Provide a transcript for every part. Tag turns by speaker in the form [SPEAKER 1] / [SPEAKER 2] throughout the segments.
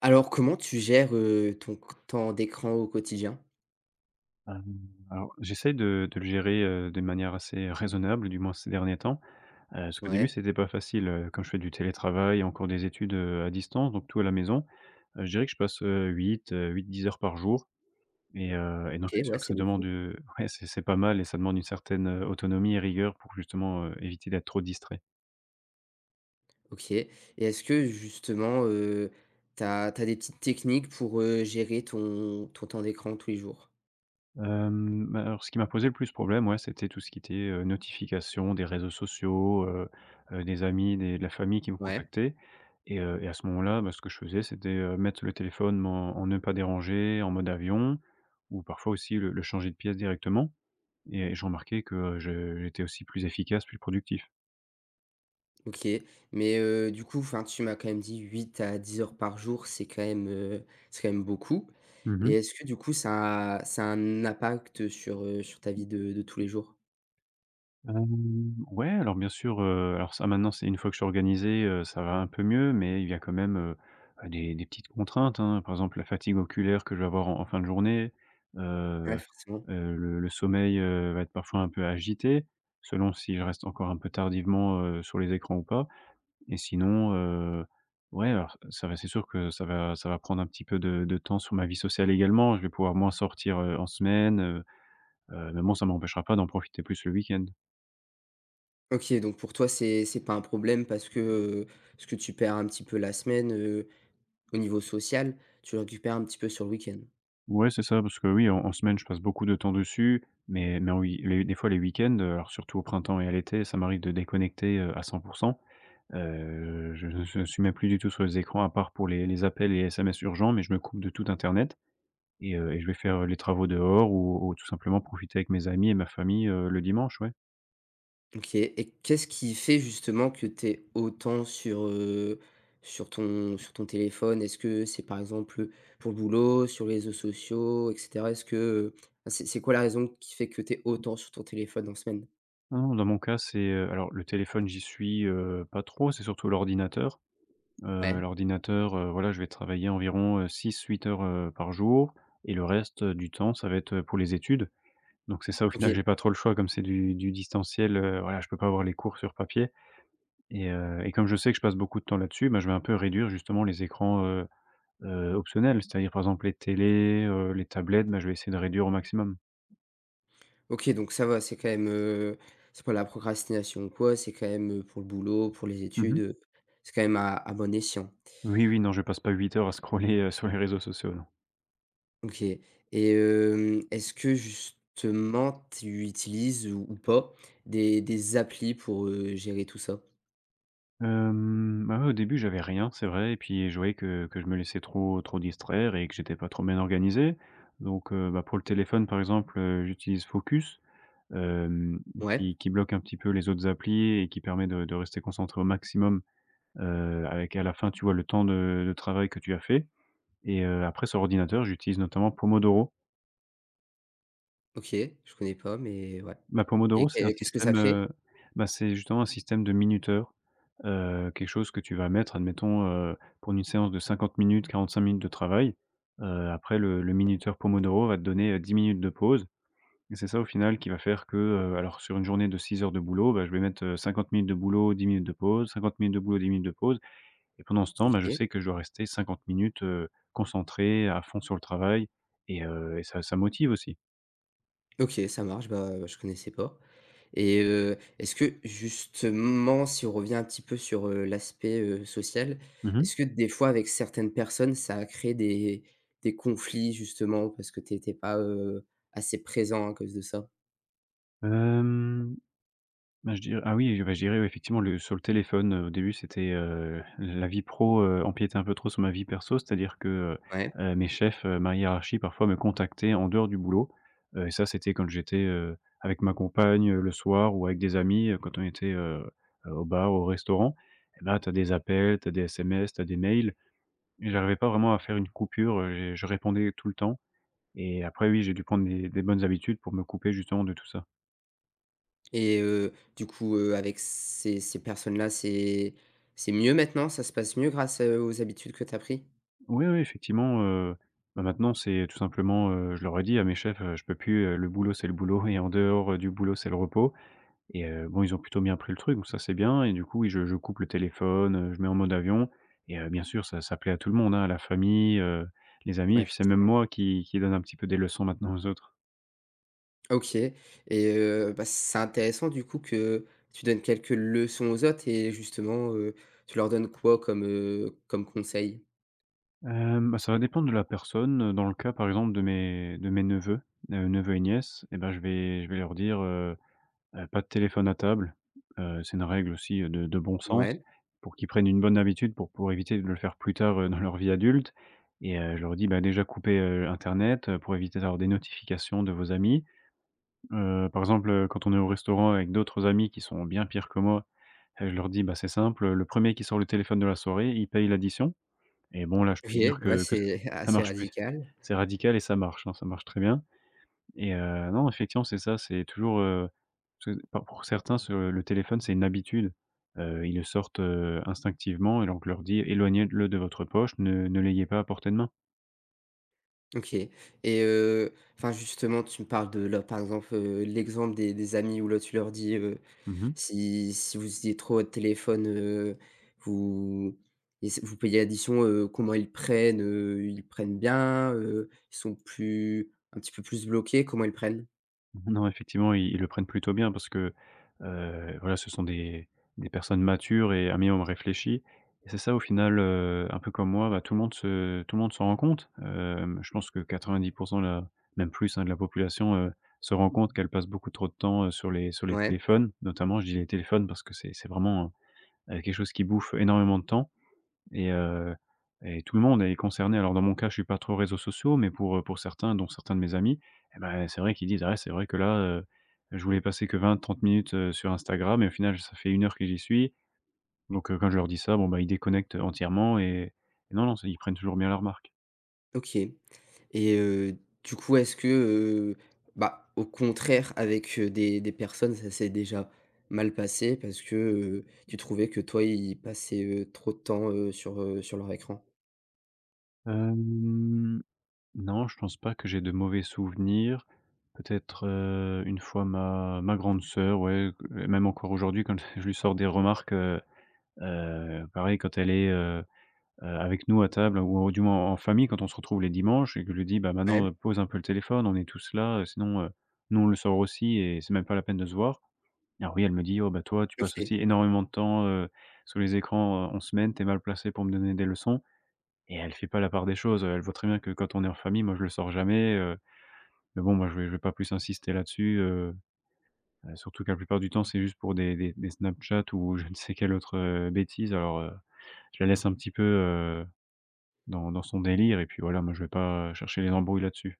[SPEAKER 1] Alors, comment tu gères, ton q temps d'écran au quotidien?
[SPEAKER 2] Hem, alors j'essaye de le gérer, de manière assez raisonnable, du moins ces derniers temps. Parce qu'au début,
[SPEAKER 1] Ouais.
[SPEAKER 2] c'était pas facile, comme je fais du télétravail, et encore des études, à distance, donc tout à la maison. Je dirais que je passe, 8-10 heures par jour et donc
[SPEAKER 1] OK,
[SPEAKER 2] c'est
[SPEAKER 1] ouais,
[SPEAKER 2] sûr que
[SPEAKER 1] c'est
[SPEAKER 2] ça
[SPEAKER 1] beaucoup.
[SPEAKER 2] demande, ouais, c'est pas mal et ça demande une certaine, autonomie et rigueur pour justement, éviter d'être trop distrait.
[SPEAKER 1] OK et est-ce que justement, t'as as des petites techniques pour, gérer ton temps d'écran tous les jours?
[SPEAKER 2] Bah, alors ce qui m'a posé le plus problème, ouais, c'était tout ce qui était, notification des réseaux sociaux, des amis, des de la famille qui me
[SPEAKER 1] Ouais,
[SPEAKER 2] contactaient et à ce moment-là, bah, ce que je faisais, c'était, mettre le téléphone en ne pas déranger, en mode avion ou parfois aussi le changer de pièce directement et je remarquais que, je j'étais aussi plus efficace, plus productif.
[SPEAKER 1] OK. Mais, du coup, enfin, tu m'as quand même dit 8 à 10 heures par jour, c'est quand même beaucoup
[SPEAKER 2] Mmh.
[SPEAKER 1] et est-ce que du coup ça a un impact sur, sur ta vie de tous les jours?
[SPEAKER 2] Ouais, alors bien sûr, alors ça maintenant c'est une fois que je suis organisé, ça va un peu mieux, mais il y a quand même, des petites contraintes, hein. Par exemple, la fatigue oculaire que je vais avoir en fin de journée,
[SPEAKER 1] Ouais,
[SPEAKER 2] heu,
[SPEAKER 1] forcément.
[SPEAKER 2] le sommeil, va être parfois un peu agité, selon si je reste encore un peu tardivement, sur les écrans ou pas. Et sinon, ouais, alors ça va c'est sûr que ça va prendre un petit peu de temps sur ma vie sociale également. Je vais pouvoir moins sortir, en semaine, mais bon ça m'empêchera pas d'en profiter plus le week-end.
[SPEAKER 1] OK, donc pour toi, c'est pas un problème parce que, ce que tu perds un petit peu la semaine, au niveau social, tu le récupères un petit peu sur le week-end.
[SPEAKER 2] Ouais, c'est ça, parce que oui, en semaine, je passe beaucoup de temps dessus, mais oui, les des fois les week-ends, alors surtout au printemps et à l'été, ça m'arrive de déconnecter, à 100. Je ne suis même plus du tout sur les écrans à part pour les appels et SMS urgents, mais je me coupe de tout internet et je vais faire, les travaux dehors ou tout simplement profiter avec mes amis et ma famille, le dimanche, ouais.
[SPEAKER 1] OK et qu'est-ce qui fait justement que tu es autant sur, sur ton téléphone? Est-ce que c'est, par exemple, pour le boulot, sur les réseaux sociaux et cetera? Est-ce que, c'est quoi la raison qui fait que tu es autant sur ton téléphone en semaine?
[SPEAKER 2] Non, non, dans mon cas, c'est, alors le téléphone, j'y suis, pas trop, c'est surtout l'ordinateur. Heu,
[SPEAKER 1] Ouais,
[SPEAKER 2] l'ordinateur, voilà, je vais travailler environ, 6, 8 heures, par jour et le reste, du temps, ça va être, pour les études. Donc c'est ça, au
[SPEAKER 1] OK.
[SPEAKER 2] final, j'ai pas trop le choix comme c'est du distanciel, voilà, je peux pas avoir les cours sur papier et comme je sais que je passe beaucoup de temps là-dessus, bah, je vais un peu réduire justement les écrans, optionnels. C'est-à-dire, par exemple, les télés, les tablettes, bah, je vais essayer de réduire au maximum.
[SPEAKER 1] OK, donc ça va, c'est quand même, c'est pas la procrastination ou quoi, c'est quand même, pour le boulot, pour les études,
[SPEAKER 2] Mmh.
[SPEAKER 1] c'est quand même à bon escient.
[SPEAKER 2] Oui, oui, non, je passe pas 8 heures à scroller, sur les réseaux sociaux, non.
[SPEAKER 1] OK et hem, est-ce que justement tu utilises ou pas des applis pour, gérer tout ça?
[SPEAKER 2] Bah, ouais, au début, j'avais rien, c'est vrai et puis je voyais que je me laissais trop trop distraire et que j'étais pas trop bien organisé. Donc bah, pour le téléphone, par exemple, j'utilise Focus, hem,
[SPEAKER 1] Ouais,
[SPEAKER 2] qui bloque un petit peu les autres applis et qui permet de rester concentré au maximum, avec à la fin, tu vois, le temps de travail que tu as fait et après sur ordinateur, j'utilise notamment Pomodoro.
[SPEAKER 1] OK, je connais pas mais ouais
[SPEAKER 2] Bah,
[SPEAKER 1] et
[SPEAKER 2] Pomodoro, c'est un
[SPEAKER 1] qu'est-ce que
[SPEAKER 2] système,
[SPEAKER 1] ça fait?
[SPEAKER 2] bah, c'est justement un système de minuteur, quelque chose que tu vas mettre, admettons, pour une séance de 50 minutes, 45 minutes de travail. Après le minuteur Pomodoro va te donner, 10 minutes de pause et c'est ça au final qui va faire que, alors sur une journée de 6 heures de boulot, bah, je vais mettre, 50 minutes de boulot, 10 minutes de pause, 50 minutes de boulot, 10 minutes de pause et pendant ce temps, bah, je
[SPEAKER 1] OK.
[SPEAKER 2] sais que je dois rester 50 minutes, concentré à fond sur le travail et ça ça motive aussi.
[SPEAKER 1] OK, ça marche, bah, je connaissais pas. Et est-ce que justement, si on revient un petit peu sur, l'aspect, social,
[SPEAKER 2] Mmh mh.
[SPEAKER 1] est-ce que des fois avec certaines personnes, ça a créé des conflits justement parce que tu étais pas, assez présent à cause de ça?
[SPEAKER 2] Bah, je dirais ah oui, bah, je dirais, oui, effectivement, le sur le téléphone, au début, c'était, la vie pro, empiétait un peu trop sur ma vie perso. C'est-à-dire que,
[SPEAKER 1] Ouais
[SPEAKER 2] mes chefs, ma hiérarchie, parfois, me contactaient en dehors du boulot, et ça, c'était quand j'étais, avec ma compagne, le soir ou avec des amis, quand on était, au bar, au restaurant. Et là, tu as des appels, tu as des SMS, tu as des mails et j'arrivais pas vraiment à faire une coupure, j'ai je répondais tout le temps et après, oui, j'ai dû prendre des bonnes habitudes pour me couper justement de tout ça.
[SPEAKER 1] et du coup, avec ces personnes-là, c'est mieux maintenant? Ça se passe mieux grâce, aux habitudes que tu as pris?
[SPEAKER 2] Oui, oui, effectivement, bah, maintenant, c'est tout simplement, je leur ai dit à mes chefs: «Je peux plus, le boulot, c'est le boulot et en dehors, du boulot, c'est le repos» et bon, ils ont plutôt bien pris le truc, donc ça, c'est bien et du coup, oui, je coupe le téléphone, je mets en mode avion et bien sûr, ça ça plaît à tout le monde, hein, à la famille, les amis et
[SPEAKER 1] Ouais,
[SPEAKER 2] puis c'est même
[SPEAKER 1] forcément.
[SPEAKER 2] moi qui donne un petit peu des leçons maintenant aux autres.
[SPEAKER 1] OK et bah, c'est intéressant du coup que tu donnes quelques leçons aux autres et justement, tu leur donnes quoi comme, comme conseil?
[SPEAKER 2] Bah, ça va dépendre de la personne, dans le cas, par exemple, de mes neveux, neveux et nièces et ben, je vais leur dire, pas de téléphone à table, c'est une règle aussi, de bon sens
[SPEAKER 1] Ouais,
[SPEAKER 2] pour qu'ils prennent une bonne habitude pour éviter de le faire plus tard, dans leur vie adulte et je leur dis: «Bah, déjà couper, internet, pour éviter d'avoir des notifications de vos amis». Par exemple, quand on est au restaurant avec d'autres amis qui sont bien pires que moi, je leur dis: «Bah, c'est simple, le premier qui sort le téléphone de la soirée, il paye l'addition» et bon là, je
[SPEAKER 1] OK,
[SPEAKER 2] peux te dire
[SPEAKER 1] ouais,
[SPEAKER 2] que ça
[SPEAKER 1] c'est
[SPEAKER 2] ça
[SPEAKER 1] assez
[SPEAKER 2] marche plus.
[SPEAKER 1] radical.
[SPEAKER 2] C'est radical et ça marche, hein, ça marche très bien. Et non, effectivement, c'est ça, c'est toujours, parce que pour certains, ce le téléphone, c'est une habitude. Ils le sortent, instinctivement et donc on leur dit: «Éloignez-le de votre poche, ne l'ayez pas à portée de main».
[SPEAKER 1] OK et enfin justement, tu me parles de là, par exemple, l'exemple des amis où là, tu leur dis,
[SPEAKER 2] Mmh.
[SPEAKER 1] si vous usiez trop votre téléphone, vous et c'est vous payez l'addition, comment ils prennent bien, ils sont plus un petit peu plus bloqués, comment ils prennent?
[SPEAKER 2] Non, effectivement, ils le prennent plutôt bien parce que, voilà, ce sont des personnes matures et un minimum réfléchies et c'est ça au final, un peu comme moi, bah, tout le monde s'en rend compte. Je pense que 90 de la, même plus, hein, de la population, se rend compte qu'elle passe beaucoup trop de temps, sur les
[SPEAKER 1] Ouais,
[SPEAKER 2] téléphones. Notamment, je dis les téléphones parce que c'est vraiment, quelque chose qui bouffe énormément de temps et heu et tout le monde est concerné. Alors dans mon cas, je suis pas trop réseaux sociaux, mais pour certains, dont certains de mes amis, eh ben, c'est vrai qu'ils disent: «Ah ouais, c'est vrai que là, je voulais passer que 20-30 minutes, sur Instagram et au final, ça fait une heure que j'y suis». Donc quand je leur dis ça, bon, bah, ils déconnectent entièrement et non, non, c'est ils prennent toujours bien la remarque.
[SPEAKER 1] OK et du coup, est-ce que, heu, bah, au contraire, avec, des personnes, ça s'est déjà mal passé parce que, tu trouvais que toi, ils passaient, trop de temps, sur, sur leur écran?
[SPEAKER 2] Hem, non, je pense pas que j'ai de mauvais souvenirs. Peut-être, une fois ma grande sœur, ouais, q même encore aujourd'hui quand je lui sors des remarques, pareil quand elle est, avec nous à table ou du moins en famille quand on se retrouve les dimanches et que je lui dis: «Bah, maintenant,
[SPEAKER 1] Ouais,
[SPEAKER 2] pose un peu le téléphone, on est tous là, sinon, nous on le sort aussi et c'est même pas la peine de se voir». Alors oui, elle me dit: «Oh bah, toi, tu passes
[SPEAKER 1] OK,
[SPEAKER 2] aussi énormément de temps, sous les écrans, en semaine, t'es mal placé pour me donner des leçons» et elle fait pas la part des choses, elle voit très bien que quand on est en famille, moi je le sors jamais, mais bon moi je vais pas plus insister là-dessus, surtout que la plupart du temps c'est juste pour des Snapchat ou je ne sais quelle autre, bêtise alors, je la laisse un petit peu, dans son délire et puis voilà, moi je vais pas chercher les embrouilles là-dessus.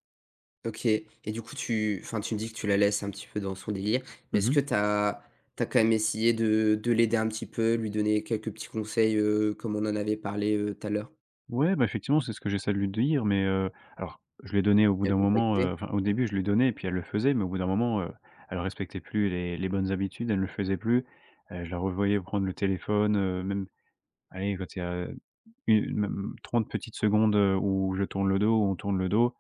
[SPEAKER 1] OK et du coup, tu enfin, tu me dis que tu la laisses un petit peu dans son délire, mais est-ce
[SPEAKER 2] Mmh.
[SPEAKER 1] que t'as quand même essayé de l'aider un petit peu, lui donner quelques petits conseils, comme on en avait parlé, tout à l'heure?
[SPEAKER 2] Ouais, bah, effectivement, c'est ce que j'essaie de lui dire, mais alors je lui ai donné au bout
[SPEAKER 1] Elle
[SPEAKER 2] d'un
[SPEAKER 1] veut pas
[SPEAKER 2] moment,
[SPEAKER 1] écouter?
[SPEAKER 2] enfin au début je lui donnais et puis elle le faisait, mais au bout d'un moment, elle respectait plus les bonnes habitudes, elle ne le faisait plus. Je la revoyais prendre le téléphone, même allez, quand il y a une même 30 petites secondes, où je tourne le dos, où on tourne le dos,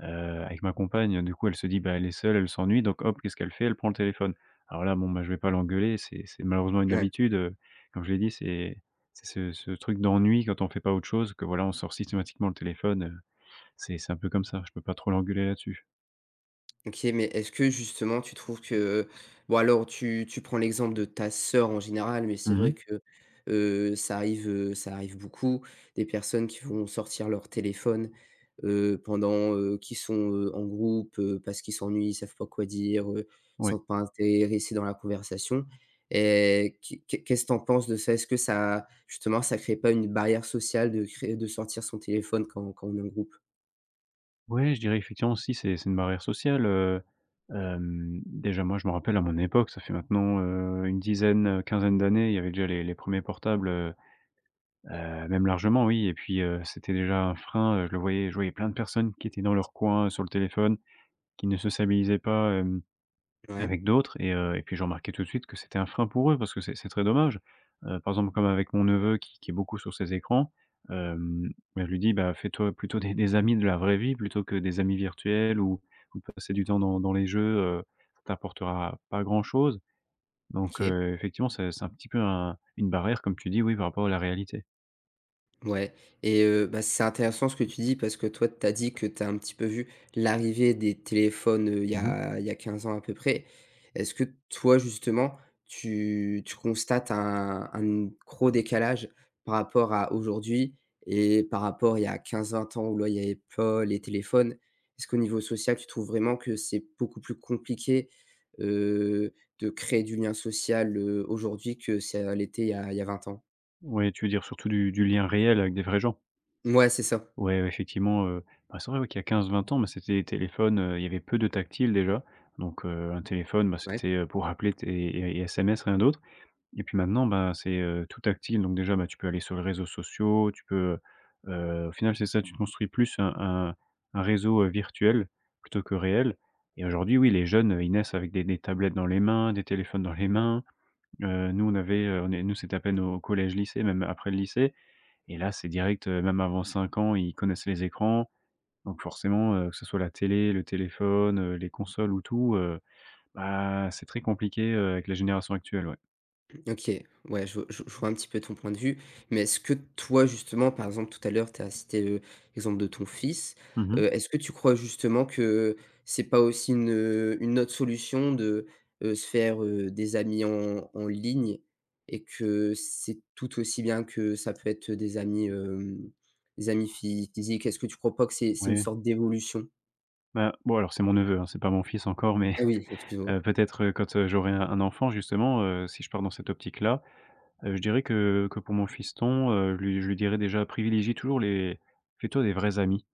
[SPEAKER 2] heu, avec ma compagne. Du coup, elle se dit: «Bah, elle est seule, elle s'ennuie», donc hop, qu'est-ce qu'elle fait? Elle prend le téléphone. Alors là, bon, bah, je vais pas l'engueuler, c'est malheureusement une
[SPEAKER 1] Ouais.
[SPEAKER 2] habitude, comme je l'ai dit, c'est ce truc d'ennui quand on fait pas autre chose, que voilà, on sort systématiquement le téléphone, c'est un peu comme ça, je peux pas trop l'engueuler là-dessus.
[SPEAKER 1] OK, mais est-ce que justement tu trouves que bon, alors tu prends l'exemple de ta sœur en général, mais c'est vrai
[SPEAKER 2] Mmh.
[SPEAKER 1] que, ça arrive beaucoup, des personnes qui vont sortir leur téléphone, pendant, qu'ils sont, en groupe, parce qu'ils s'ennuient, ils savent pas quoi dire, ils
[SPEAKER 2] Ouais.
[SPEAKER 1] sont pas intéressés dans la conversation et qu'est-ce que tu penses de ça? Est-ce que ça justement ça crée pas une barrière sociale de créer de sortir son téléphone quand on est en groupe?
[SPEAKER 2] Ouais, je dirais effectivement aussi, c'est une barrière sociale, déjà moi je me rappelle à mon époque, ça fait maintenant, une dizaine, quinzaine d'années, il y avait déjà les premiers portables, même largement oui. Et puis, c'était déjà un frein, je voyais plein de personnes qui étaient dans leur coin, sur le téléphone, qui ne sociabilisaient pas,
[SPEAKER 1] Ouais,
[SPEAKER 2] avec d'autres. Et et puis j'ai remarqué tout de suite que c'était un frein pour eux parce que c'est très dommage. Par exemple, comme avec mon neveu qui est beaucoup sur ses écrans, hem, bah, je lui dis: «Bah, fais-toi plutôt des amis de la vraie vie plutôt que des amis virtuels ou de passer du temps dans les jeux, heu, ça t'apportera pas grand-chose». Donc
[SPEAKER 1] OK.
[SPEAKER 2] effectivement, c'est un petit peu un une barrière comme tu dis, oui, par rapport à la réalité.
[SPEAKER 1] Ouais et bah, c'est intéressant ce que tu dis parce que toi, tu as dit que tu as un petit peu vu l'arrivée des téléphones, il y
[SPEAKER 2] Mmh mh.
[SPEAKER 1] a il y a 15 ans à peu près. Est-ce que toi, justement, tu constates un gros décalage par rapport à aujourd'hui et par rapport il y a quinze vingt ans où là, il y avait pas les téléphones? Est-ce qu'au niveau social, tu trouves vraiment que c'est beaucoup plus compliqué, heu, de créer du lien social, aujourd'hui que ça l'était il y a 20 ans?
[SPEAKER 2] Ouais, tu veux dire surtout du lien réel avec des vrais gens?
[SPEAKER 1] Ouais, c'est ça.
[SPEAKER 2] Ouais, ouais, effectivement, bah, c'est vrai, ouais, qu'il y a 15, 20 ans, bah, c'était les téléphones, il y avait peu de tactile déjà. Donc un téléphone, bah,
[SPEAKER 1] Ouais.
[SPEAKER 2] c'était, pour appeler t et SMS, rien d'autre. Et puis maintenant, bah, c'est, tout tactile. Donc déjà, bah, tu peux aller sur les réseaux sociaux, tu peux, au final, c'est ça, tu te construis plus un un réseau, virtuel plutôt que réel. Et aujourd'hui, oui, les jeunes, ils naissent avec des tablettes dans les mains, des téléphones dans les mains. Nous, on avait, on est nous, c'était à peine au collège, lycée, même après le lycée. Et là, c'est direct, même avant 5 ans, ils connaissent les écrans. Donc forcément, que ce soit la télé, le téléphone, les consoles ou tout, bah, c'est très compliqué, avec la génération actuelle, ouais.
[SPEAKER 1] OK, ouais, je vois un petit peu ton point de vue, mais est-ce que toi, justement, par exemple, tout à l'heure, tu as cité, l'exemple de ton fils,
[SPEAKER 2] Mmh.
[SPEAKER 1] est-ce que tu crois justement que c'est pas aussi une autre solution de, se faire, des amis en ligne et que c'est tout aussi bien que ça peut être des amis, hem, des amis physiques? Est-ce que tu crois pas que c'est une
[SPEAKER 2] Oui.
[SPEAKER 1] sorte d'évolution?
[SPEAKER 2] Bah, bon, alors c'est mon neveu, hein, c'est pas mon fils encore, mais
[SPEAKER 1] Ah oui, excuse-moi.
[SPEAKER 2] peut-être, quand, j'aurai un enfant justement, si je pars dans cette optique-là, je dirais que pour mon fiston, je lui dirais déjà: «Privilégie toujours les fais-toi des vrais amis».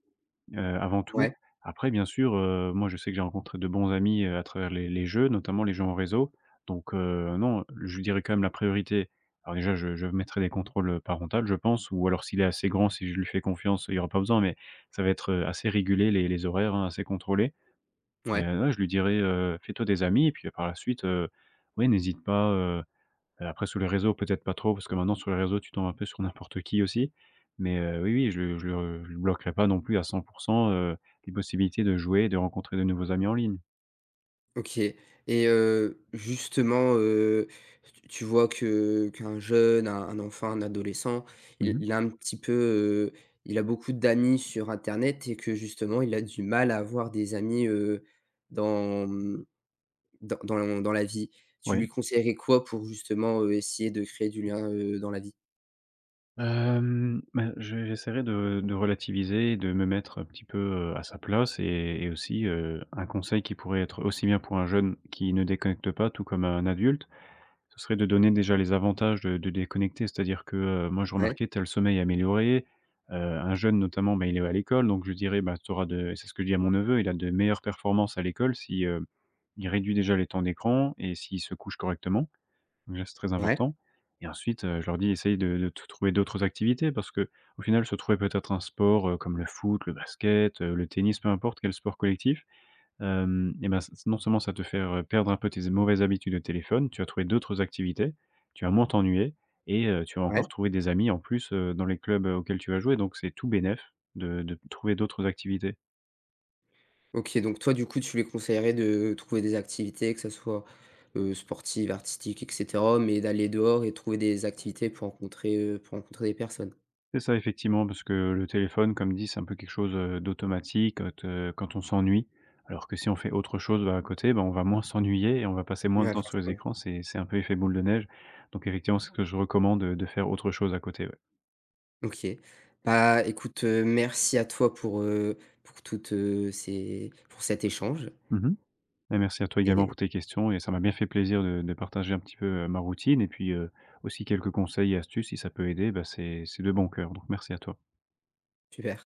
[SPEAKER 2] Avant tout.
[SPEAKER 1] Ouais,
[SPEAKER 2] Après bien sûr, moi je sais que j'ai rencontré de bons amis, à travers les jeux, notamment les jeux en réseau. Donc, non, je lui dirais quand même la priorité. Alors déjà je mettrai des contrôles, parentales je pense ou alors s'il est assez grand, si je lui fais confiance, il y aura pas besoin, mais ça va être, assez régulé les horaires, hein, assez contrôlé. Et
[SPEAKER 1] ouais.
[SPEAKER 2] ouais je lui dirais, «Fais-toi des amis» et puis, par la suite, ouais n'hésite pas, heu. Après sur les réseaux peut-être pas trop parce que maintenant sur les réseaux tu tombes un peu sur n'importe qui aussi. Mais, oui, oui, je le bloquerai pas non plus à 100, heu, les possibilités de jouer et de rencontrer de nouveaux amis en ligne.
[SPEAKER 1] OK et justement, tu vois que qu'un jeune, un enfant, un adolescent,
[SPEAKER 2] Mmh
[SPEAKER 1] il
[SPEAKER 2] mh.
[SPEAKER 1] il a un petit peu, il a beaucoup d'amis sur internet et que justement il a du mal à avoir des amis, dans, mmh, dans la vie. Tu
[SPEAKER 2] Oui.
[SPEAKER 1] lui conseillerais quoi pour justement, essayer de créer du lien, dans la vie?
[SPEAKER 2] Bah, je j'essaierai de relativiser, de me mettre un petit peu, à sa place. Et aussi, un conseil qui pourrait être aussi bien pour un jeune qui ne déconnecte pas tout comme un adulte, ce serait de donner déjà les avantages de déconnecter, c'est-à-dire que, moi je
[SPEAKER 1] Ouais,
[SPEAKER 2] remarquais, tel sommeil amélioré, un jeune notamment, bah, il est à l'école, donc je dirais: «Bah, tu auras de», et c'est ce que je dis à mon neveu, il a de meilleures performances à l'école si, il réduit déjà les temps d'écran et s'il se couche correctement. Déjà c'est très
[SPEAKER 1] ouais,
[SPEAKER 2] important. Et ensuite, je leur dis: «Essaye de te trouver d'autres activités» parce que au final se trouver peut-être un sport, comme le foot, le basket, le tennis, peu importe quel sport collectif. Hem Et ben, c non seulement ça te fait, perdre un peu tes mauvaises habitudes de téléphone, tu as trouvé d'autres activités, tu vas moins t'ennuyer et tu vas encore
[SPEAKER 1] ouais.
[SPEAKER 2] trouver des amis en plus, dans les clubs, auxquels tu vas jouer, donc c'est tout bénef de trouver d'autres activités.
[SPEAKER 1] OK, donc toi, du coup, tu les conseillerais de trouver des activités, que ça soit, sportives, artistiques, et cetera, mais d'aller dehors et trouver des activités pour rencontrer des personnes?
[SPEAKER 2] C'est ça effectivement parce que le téléphone comme dit, c'est un peu quelque chose, d'automatique quand, quand on s'ennuie. Alors que si on fait autre chose, bah, à côté, bah, on va moins s'ennuyer et on va passer moins de
[SPEAKER 1] Ouais,
[SPEAKER 2] temps sur les
[SPEAKER 1] forcément.
[SPEAKER 2] écrans, c'est un peu effet boule de neige. Donc effectivement, c'est ce que je recommande, de faire autre chose à côté, ouais.
[SPEAKER 1] OK. Bah, écoute, merci à toi pour toutes, ces pour cet échange
[SPEAKER 2] Mmh. Bah, merci à toi également pour
[SPEAKER 1] et
[SPEAKER 2] tes questions et ça m'a bien fait plaisir de partager un petit peu, ma routine et puis, aussi quelques conseils et astuces. Si ça peut aider, bah, c'est de bon cœur, donc merci à toi.
[SPEAKER 1] super.